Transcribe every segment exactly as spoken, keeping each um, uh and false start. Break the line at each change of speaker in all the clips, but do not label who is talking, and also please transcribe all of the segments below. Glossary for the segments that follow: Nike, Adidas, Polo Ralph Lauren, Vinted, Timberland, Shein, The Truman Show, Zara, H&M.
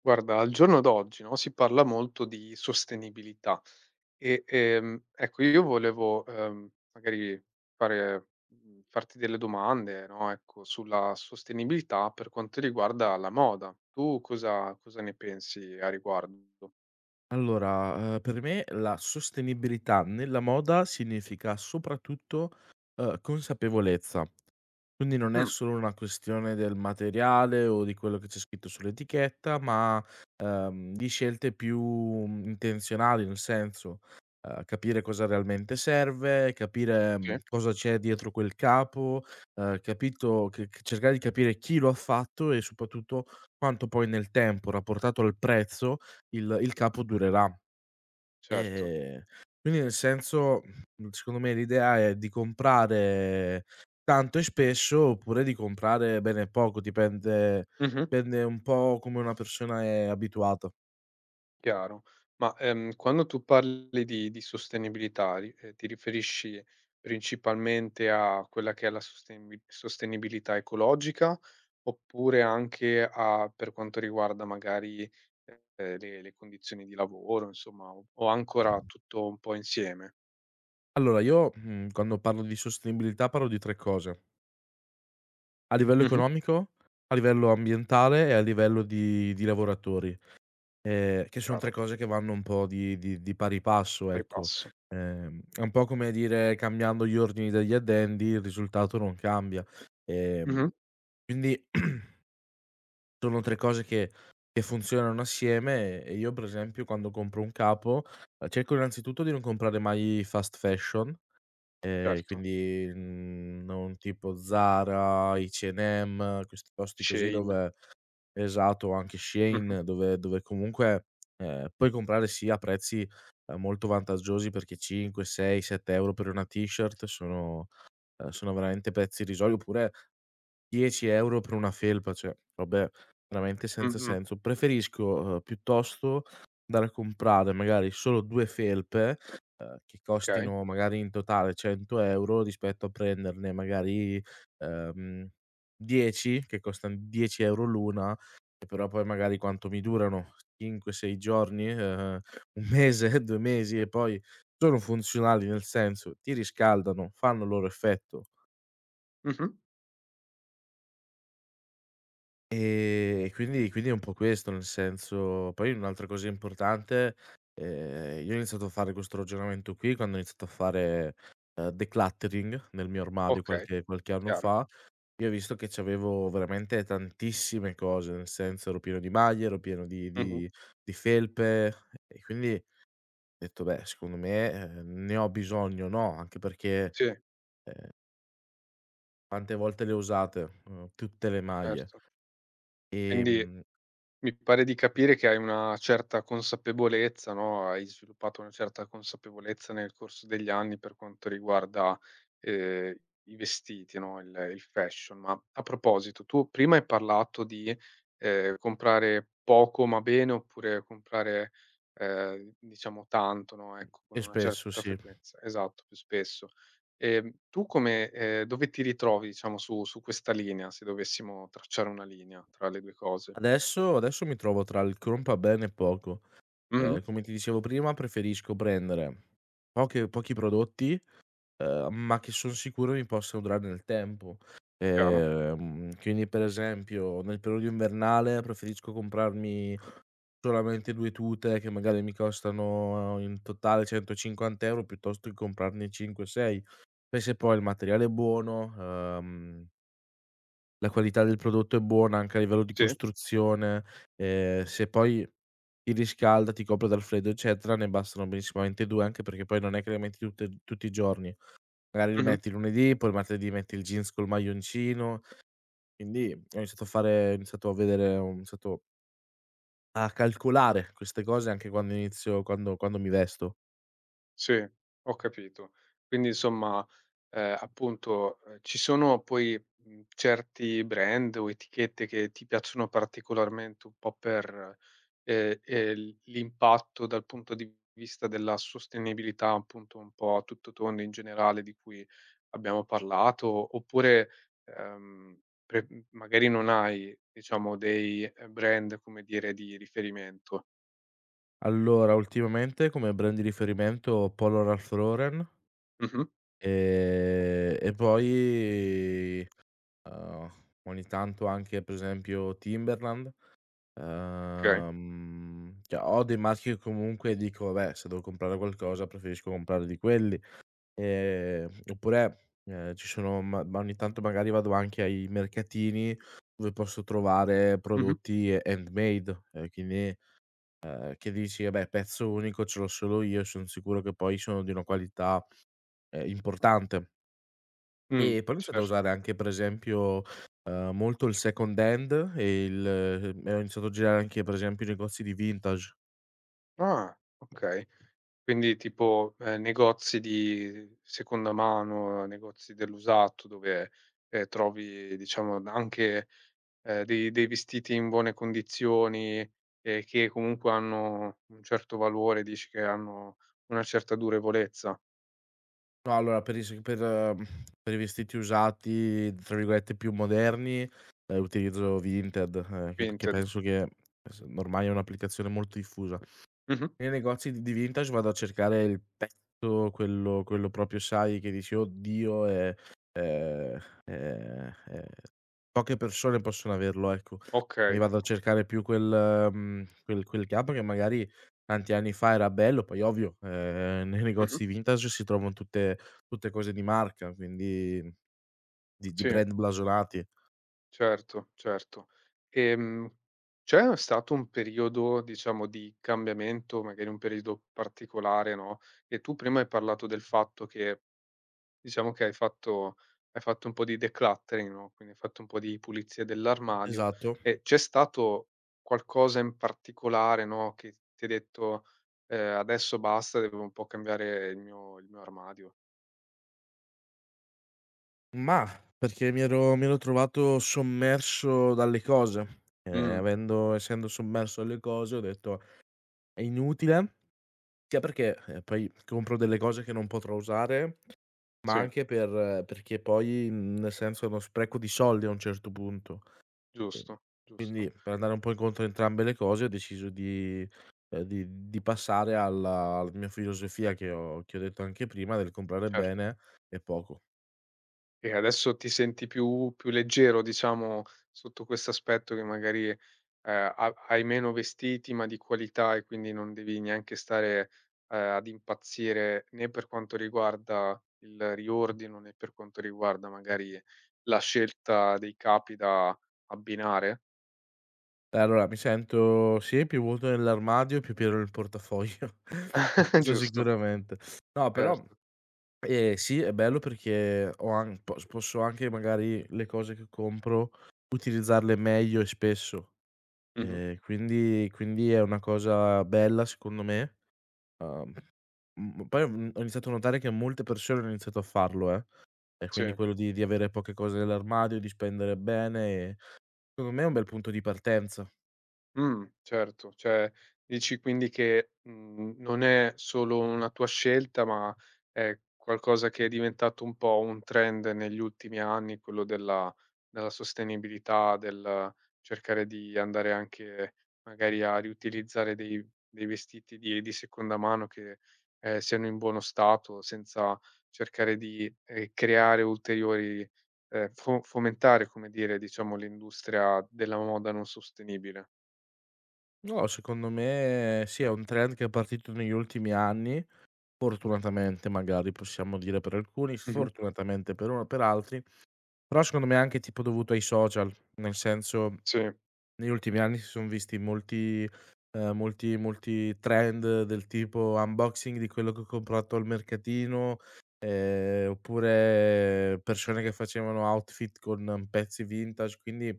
Guarda, al giorno d'oggi, no, si parla molto di sostenibilità e, ehm, ecco, io volevo, ehm, magari fare mhmm, farti delle domande, no, ecco, sulla sostenibilità per quanto riguarda la moda. Tu cosa cosa ne pensi a riguardo?
Allora, ehm, per me la sostenibilità nella moda significa soprattutto, ehm, consapevolezza. Quindi non è
Mh,
solo una questione del materiale o di quello che c'è scritto sull'etichetta, ma, ehm, di scelte più mm, intenzionali, nel senso, ehm, capire cosa realmente serve, capire,
sì,
mhmm, cosa c'è dietro quel capo, ehm, capito che che cercare di capire chi lo ha fatto e soprattutto quanto poi nel tempo, rapportato al prezzo, il il capo durerà.
certo.
Ehm, quindi nel senso, mhmm, secondo me l'idea è di comprare tanto e spesso, oppure di comprare bene e poco, dipende
Mh-mh.
dipende un po' come una persona è abituata.
Chiaro. Ma, ehm, quando tu parli di di sostenibilità, ri ehm, ti riferisci principalmente a quella che è la sostenib sostenibilità ecologica, oppure anche a per quanto riguarda magari, ehm, le le condizioni di lavoro, insomma, o o ancora tutto un po' insieme?
Allora io, mhmm, quando parlo di sostenibilità parlo di tre cose: a livello
Mh-mh,
economico, a livello ambientale e a livello di di lavoratori. Ehm, che son tre
chiaro,
cose che vanno un po' di di di pari passo,
pari
ecco.
passo.
Ehm, è un po' come dire: cambiando gli ordini degli addendi, il risultato non cambia.
Mh-mh,
Ehm, quindi sono tre cose che che funzionano assieme e io, per esempio, quando compro un capo, ehm, cerco innanzitutto di non comprare mai fast fashion, ehm,
certo.
quindi, mhmm, non tipo Zara, H e M, questi posti così
Chain.
dove. Esatto, o anche
Mh-mh,
Shein dove dove comunque, ehm, puoi comprare sì a prezzi, ehm, molto vantaggiosi perché cinque, sei, sette € per una t-shirt sono ehm, sono veramente prezzi irrisori, oppure dieci € per una felpa, cioè vabbè, veramente senza
mh-mh,
senso. Preferisco, uhm, piuttosto andare a comprare magari solo due felpe, uhm, che
okay.
costino magari in totale cento € rispetto a prenderne magari, uhm, dieci che costan dieci € l'una, che però poi magari quanto mi durano? cinque, sei giorni, uhm, un mese, due mesi e poi sono funzionali, nel senso ti riscaldano, fanno il loro effetto.
Mh-mh,
Ehm, e quindi quindi è un po' questo, nel senso poi un'altra cosa importante, ehm, io ho iniziato a fare questo ragionamento qui quando ho iniziato a fare, ehm, decluttering nel mio armadio
okay,
qualche qualche anno
chiaro.
fa, io ho visto che c'avevo veramente tantissime cose, nel senso ero pieno di maglie, ero pieno di
Mh-mh,
di di felpe e quindi ho detto: "Beh, secondo me, ehm, ne ho bisogno, no?" Anche perché,
sì,
ehm, quante volte le ho usate, uhm, tutte le maglie?
certo. Quindi
Ehm,
mi pare di capire che hai una certa consapevolezza, no, hai sviluppato una certa consapevolezza nel corso degli anni per quanto riguarda, ehm, i vestiti, no, il il fashion. Ma a proposito, tu prima hai parlato di, ehm, comprare poco ma bene oppure comprare, ehm, diciamo tanto, no, ecco, con
e
una
spesso
certa
sì.
frequenza. Esatto, più spesso. Ehm, tu come ehm, dove ti ritrovi diciamo su su questa linea, se dovessimo tracciare una linea tra le due cose?
Adesso adesso mi trovo tra il Crumpa Bene e poco.
Mh-mh.
Ehm, come ti dicevo prima preferisco prendere poche pochi prodotti, ehm, ma che son sicuro mi possano durare nel tempo.
Chiaro,
Ehm, quindi per esempio nel periodo invernale preferisco comprarmi solamente due tute che magari mi costano eh, in totale centocinquanta € piuttosto che comprarne cinque o sei, e se poi il materiale è buono, ehm la qualità del prodotto è buona anche a livello di
sì,
costruzione, ehm, se poi ti riscalda, ti copre dal freddo, eccetera, ne bastano benissimamente due, anche perché poi non è che le metti tutte tutti i giorni. Magari li
mh-mh,
metti lunedì, poi il martedì metti il jeans col maglioncino. Quindi ho iniziato a fare ho iniziato a vedere ho iniziato a calcolare queste cose anche quando inizio quando quando mi vesto.
sì, ho capito. Quindi insomma, ehm, appunto, ehm, ci sono poi, mhmm, certi brand o etichette che ti piacciono particolarmente un po' per, ehm, ehm, l'impatto dal punto di vista della sostenibilità, appunto un po' a tutto tondo in generale di cui abbiamo parlato, oppure, ehm, pre mhmm, magari non hai diciamo dei, ehm, brand come dire di riferimento.
Allora, ultimamente come brand di riferimento Polo Ralph Lauren,
Mh-mh,
ehm, e poi Uhm, ogni tanto anche per esempio Timberland,
okay.
uhm, cioè ho dei marchi che comunque dico: "Vabbè, se devo comprare qualcosa preferisco comprare di quelli". Ehm, oppure, ehm, ci sono ma ma ogni tanto magari vado anche ai mercatini dove posso trovare
Mh-mh.
prodotti eh, handmade, ehm, quindi, ehm, che dici: "Vabbè, pezzo unico, ce l'ho solo io, son sicuro che poi sono di una qualità, ehm, importante".
Mh,
E poi ho iniziato a
certo.
usare anche per esempio, ehm, molto il second hand e il ehm, e ho iniziato a girare anche per esempio i negozi di vintage.
Ah, okay. Quindi tipo, ehm, negozi di seconda mano, negozi dell'usato dove, ehm, trovi diciamo anche, ehm, dei dei vestiti in buone condizioni e che comunque hanno un certo valore, dici che hanno una certa durevolezza.
No, allora per i s per eh, per i vestiti usati, tra virgolette, "più moderni", ehm, utilizzo Vinted, ehm, che che
Vinted.
penso che eh, s ormai è un'applicazione molto diffusa.
Mh-mh.
Nei negozi di di vintage vado a cercare il pezzo, quello quello proprio sai che dici: "Oddio, ehm, ehm, ehm, ehm, poche persone possono averlo", ecco.
Okay,
Quindi vado a
okay.
cercare più quel mhmm, quel quel capo che magari tanti anni fa era bello, poi ovvio, ehm, nei
Mh-mh.
negozi di vintage si trovano tutte tutte cose di marca, quindi di di
Sì.
brand blasonati.
Certo, certo. Ehm, c'è stato un periodo, diciamo, di cambiamento, magari un periodo particolare, no, e tu prima hai parlato del fatto che diciamo che hai fatto hai fatto un po' di decluttering, no, quindi hai fatto un po' di pulizia dell'armadio,
Esatto.
e c'è stato qualcosa in particolare, no, che ti ha detto: "Ehm, adesso basta, devo un po' cambiare il mio il mio armadio".
Mah, perché mi ero mi ero trovato sommerso dalle cose. Ehm,
Mh,
avendo essendo sommerso dalle cose ho detto: "È inutile", sia perché, ehm, poi compro delle cose che non potrò usare, ma
sì,
anche per perché poi, mhmm, nel senso è uno spreco di soldi a un certo punto. Ehm,
giusto, giusto,
quindi per andare un po' incontro a entrambe le cose ho deciso di ehm, di di passare alla alla mia filosofia che ho che ho detto anche prima del comprare
cer
bene e poco.
e adesso ti senti più più leggero, diciamo, sotto questo aspetto che magari, ehm, ha hai meno vestiti, ma di qualità e quindi non devi neanche stare, ehm, ad impazzire né per quanto riguarda il riordino, né per quanto riguarda magari la scelta dei capi da abbinare,
Allora, mi sento sì, più vuoto nell'armadio, più pieno nel portafoglio. Questo
giusto?
sicuramente. No, però,
Certo.
ehm, sì, è bello perché ho an pos posso anche magari le cose che compro utilizzarle meglio e spesso,
Mh-mh.
ehm, quindi quindi è una cosa bella secondo me. Mhmm, Poi, mhmm, ho iniziato a notare che molte persone hanno iniziato a farlo, eh, e quindi
Sì.
quello di di avere poche cose nell'armadio, di spendere bene e secondo me è un bel punto di partenza.
Mh, certo. Cioè, dici quindi che, mhmm, non è solo una tua scelta, ma è qualcosa che è diventato un po' un trend negli ultimi anni, quello della della sostenibilità, del cercare di andare anche magari a riutilizzare dei dei vestiti di di seconda mano che, ehm, siano in buono stato, senza cercare di, ehm, creare ulteriori ehm, fo fomentare, come dire, diciamo, l'industria della moda non sostenibile.
No, secondo me sì, è un trend che è partito negli ultimi anni, fortunatamente magari possiamo dire per alcuni,
Mh-mh.
sfortunatamente per uno per altri, però secondo me è anche tipo dovuto ai social, nel senso
Sì,
negli ultimi anni si son visti molti ehm, molti molti trend del tipo unboxing di quello che ho comprato al mercatino, ehm, oppure persone che facevano outfit con pezzi vintage, quindi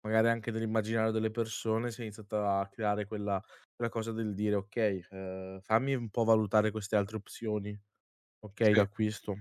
magari anche nell'immaginario delle persone si è iniziata a creare quella quella cosa del dire: "Okay, ehm, fammi un po' valutare queste altre opzioni, okay,
sì,
d'acquisto".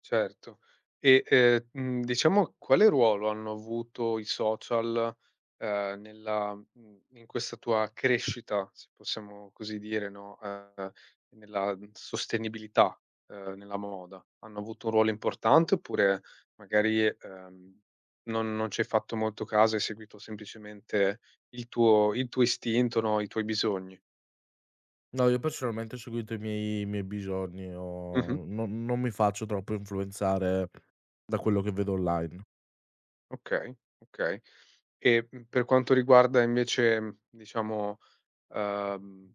certo. E, ehm, mhmm, diciamo quale ruolo hanno avuto i social, ehm, nella mhmm, in questa tua crescita, se possiamo così dire, no, ehm, nella, mhmm, sostenibilità, ehm, nella moda? Hanno avuto un ruolo importante oppure magari, ehm, non non ci hai fatto molto caso, hai seguito semplicemente il tuo il tuo istinto, no, i tuoi bisogni?
No, io personalmente ho seguito i miei i miei bisogni,
Mh-mh.
ho non non mi faccio troppo influenzare da quello che vedo online.
Okay, okay. E, mhmm, per quanto riguarda invece, mhmm, diciamo, uhm,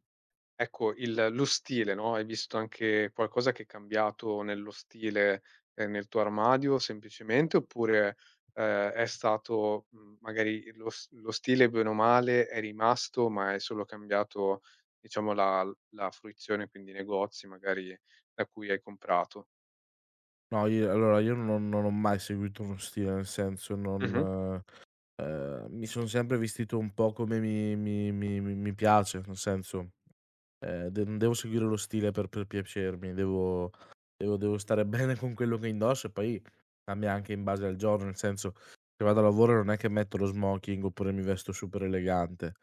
ecco il lo stile, no, hai visto anche qualcosa che è cambiato nello stile, ehm, nel tuo armadio semplicemente oppure, ehm, è stato, mhmm, magari lo s lo stile bene o male è rimasto, ma è solo cambiato diciamo la la fruizione, quindi i negozi magari da cui hai comprato.
No, io allora io non non ho mai seguito uno stile, nel senso
Mh-mh,
non ehm, mi son sempre vestito un po' come mi mi mi mi mi piace, nel senso Ehm, de non devo seguire uno stile per per piacermi, devo devo devo stare bene con quello che indosso e poi cambia anche in base al giorno, nel senso, se vado a lavoro non è che metto lo smoking oppure mi vesto super elegante.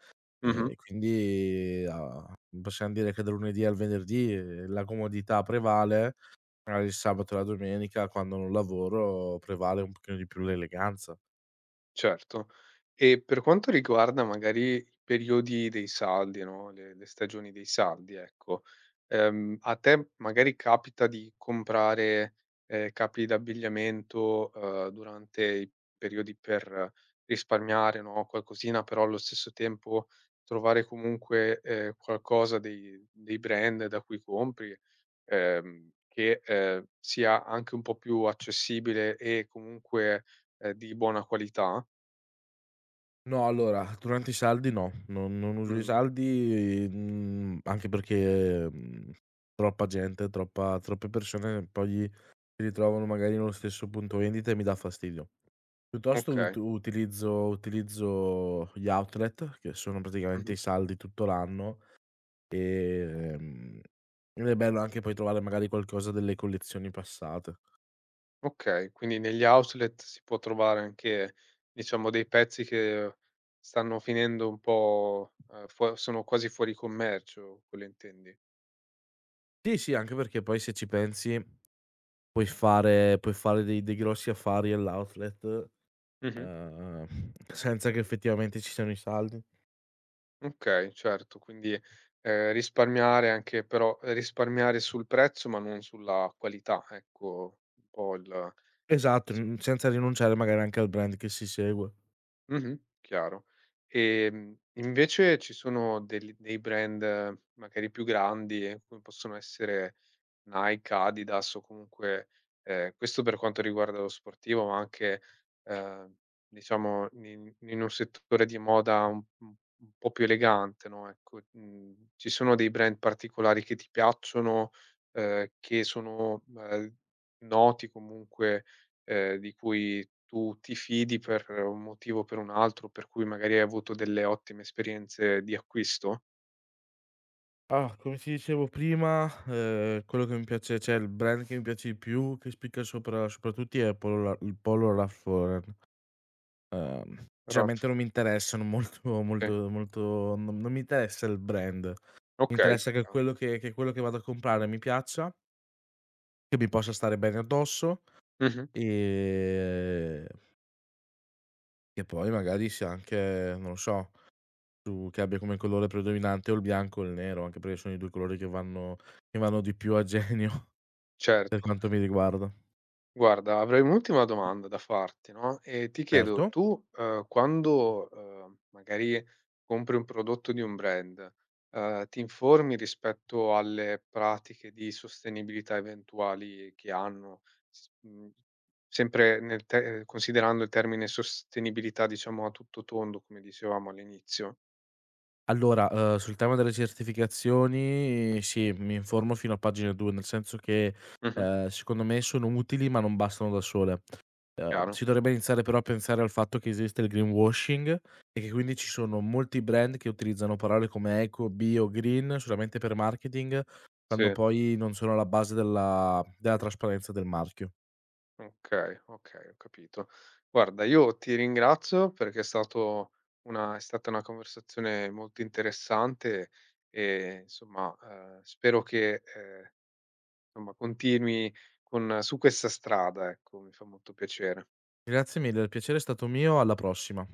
Ehm,
mh-mh.
quindi, a possiam dire che dal lunedì al venerdì, ehm, la comodità prevale, magari il sabato e la domenica quando non lavoro prevale un pochino di più l'eleganza.
Certo. E per quanto riguarda magari i periodi dei saldi, no, le le stagioni dei saldi, ecco, ehm, a te magari capita di comprare, ehm, capi d'abbigliamento, uhm, durante i periodi per risparmiare, no, qualcosina, però allo stesso tempo trovare comunque, ehm, qualcosa dei dei brand da cui compri, ehm, che, ehm, sia anche un po' più accessibile e comunque, ehm, di buona qualità?
No, allora, durante i saldi no, non non uso i
Mh,
saldi, mhmm, anche perché, mhmm, troppa gente, troppa troppe persone poi si ritrovano magari nello stesso punto vendita e mi dà fastidio. Piuttosto ut
okay,
utilizzo utilizzo gli outlet, che sono praticamente i
mh-mh.
saldi tutto l'anno, ehm, ed è bello anche poi trovare magari qualcosa delle collezioni passate.
Okay, quindi negli outlet si può trovare anche, diciamo, dei pezzi che stanno finendo un po' ehm, fuo sono quasi fuori commercio, quello intendi?
Sì, sì, anche perché poi se ci pensi puoi fare puoi fare dei dei grossi affari all'outlet.
Mh-mh.
Ehm, Senza che effettivamente ci siano i saldi.
Okay, certo, quindi, ehm, risparmiare anche però risparmiare sul prezzo ma non sulla qualità, ecco un po' il
Esatto,
dicia
mhmm, senza rinunciare magari anche al brand che si segue.
mh-mh, chiaro. Ehm, invece ci sono del dei brand ehm, magari più grandi, ehm, come possono essere Nike, Adidas o comunque ehm, questo per quanto riguarda lo sportivo, ma anche, ehm, diciamo in in un settore di moda un un un po' più elegante, no, ecco, mhmm, ci sono dei brand particolari che ti piacciono, ehm, che sono, ehm, noti comunque ehm, di cui tu ti fidi per un motivo o per un altro, per cui magari hai avuto delle ottime esperienze di acquisto?
Ah, come ti dicevo prima, ehm, quello che mi piace cioè il brand che mi piace di più, che spicca sopra sopra tutti è Polo La il Polo Ralph Lauren. Ehm,
Raf
Sinceramente non mi interessano molto
sì,
molto molto, non non mi interessa il brand. Mi
okay,
interessa che
chiaro.
quello che che quello che vado a comprare mi piaccia, che mi possa stare bene addosso,
Mh-mh,
ehm, che poi magari sia anche, non lo so, Su che abbia come colore predominante o il bianco o il nero, anche perché sono i due colori che vanno che vanno di più a genio per
certo.
quanto mi riguarda.
Guarda, avrei un'ultima domanda da farti, no, ehm, ti
Certo.
chiedo tu, uhm, quando, uhm, magari compri un prodotto di un brand, uhm, ti informi rispetto alle pratiche di sostenibilità eventuali che hanno, s mhmm, sempre nel te eh, considerando il termine sostenibilità, diciamo, a tutto tondo, come dicevamo all'inizio.
Allora, uhm, sul tema delle certificazioni sì, mi informo fino a pagina due, nel senso che,
Mh-mh,
ehm, secondo me sono utili ma non bastano da sole. Ehm,
chiaro,
si dovrebbe iniziare però a pensare al fatto che esiste il greenwashing e che quindi ci sono molti brand che utilizzano parole come eco, bio, green solamente per marketing, quando
sì.
poi non sono alla base della della trasparenza del marchio.
Okay, okay, ho capito. Guarda, io ti ringrazio perché è stato una è stata una conversazione molto interessante e insomma, ehm, spero che, ehm, insomma continui con su questa strada, ecco, mi fa molto piacere.
Grazie mille, il piacere è stato mio, alla prossima.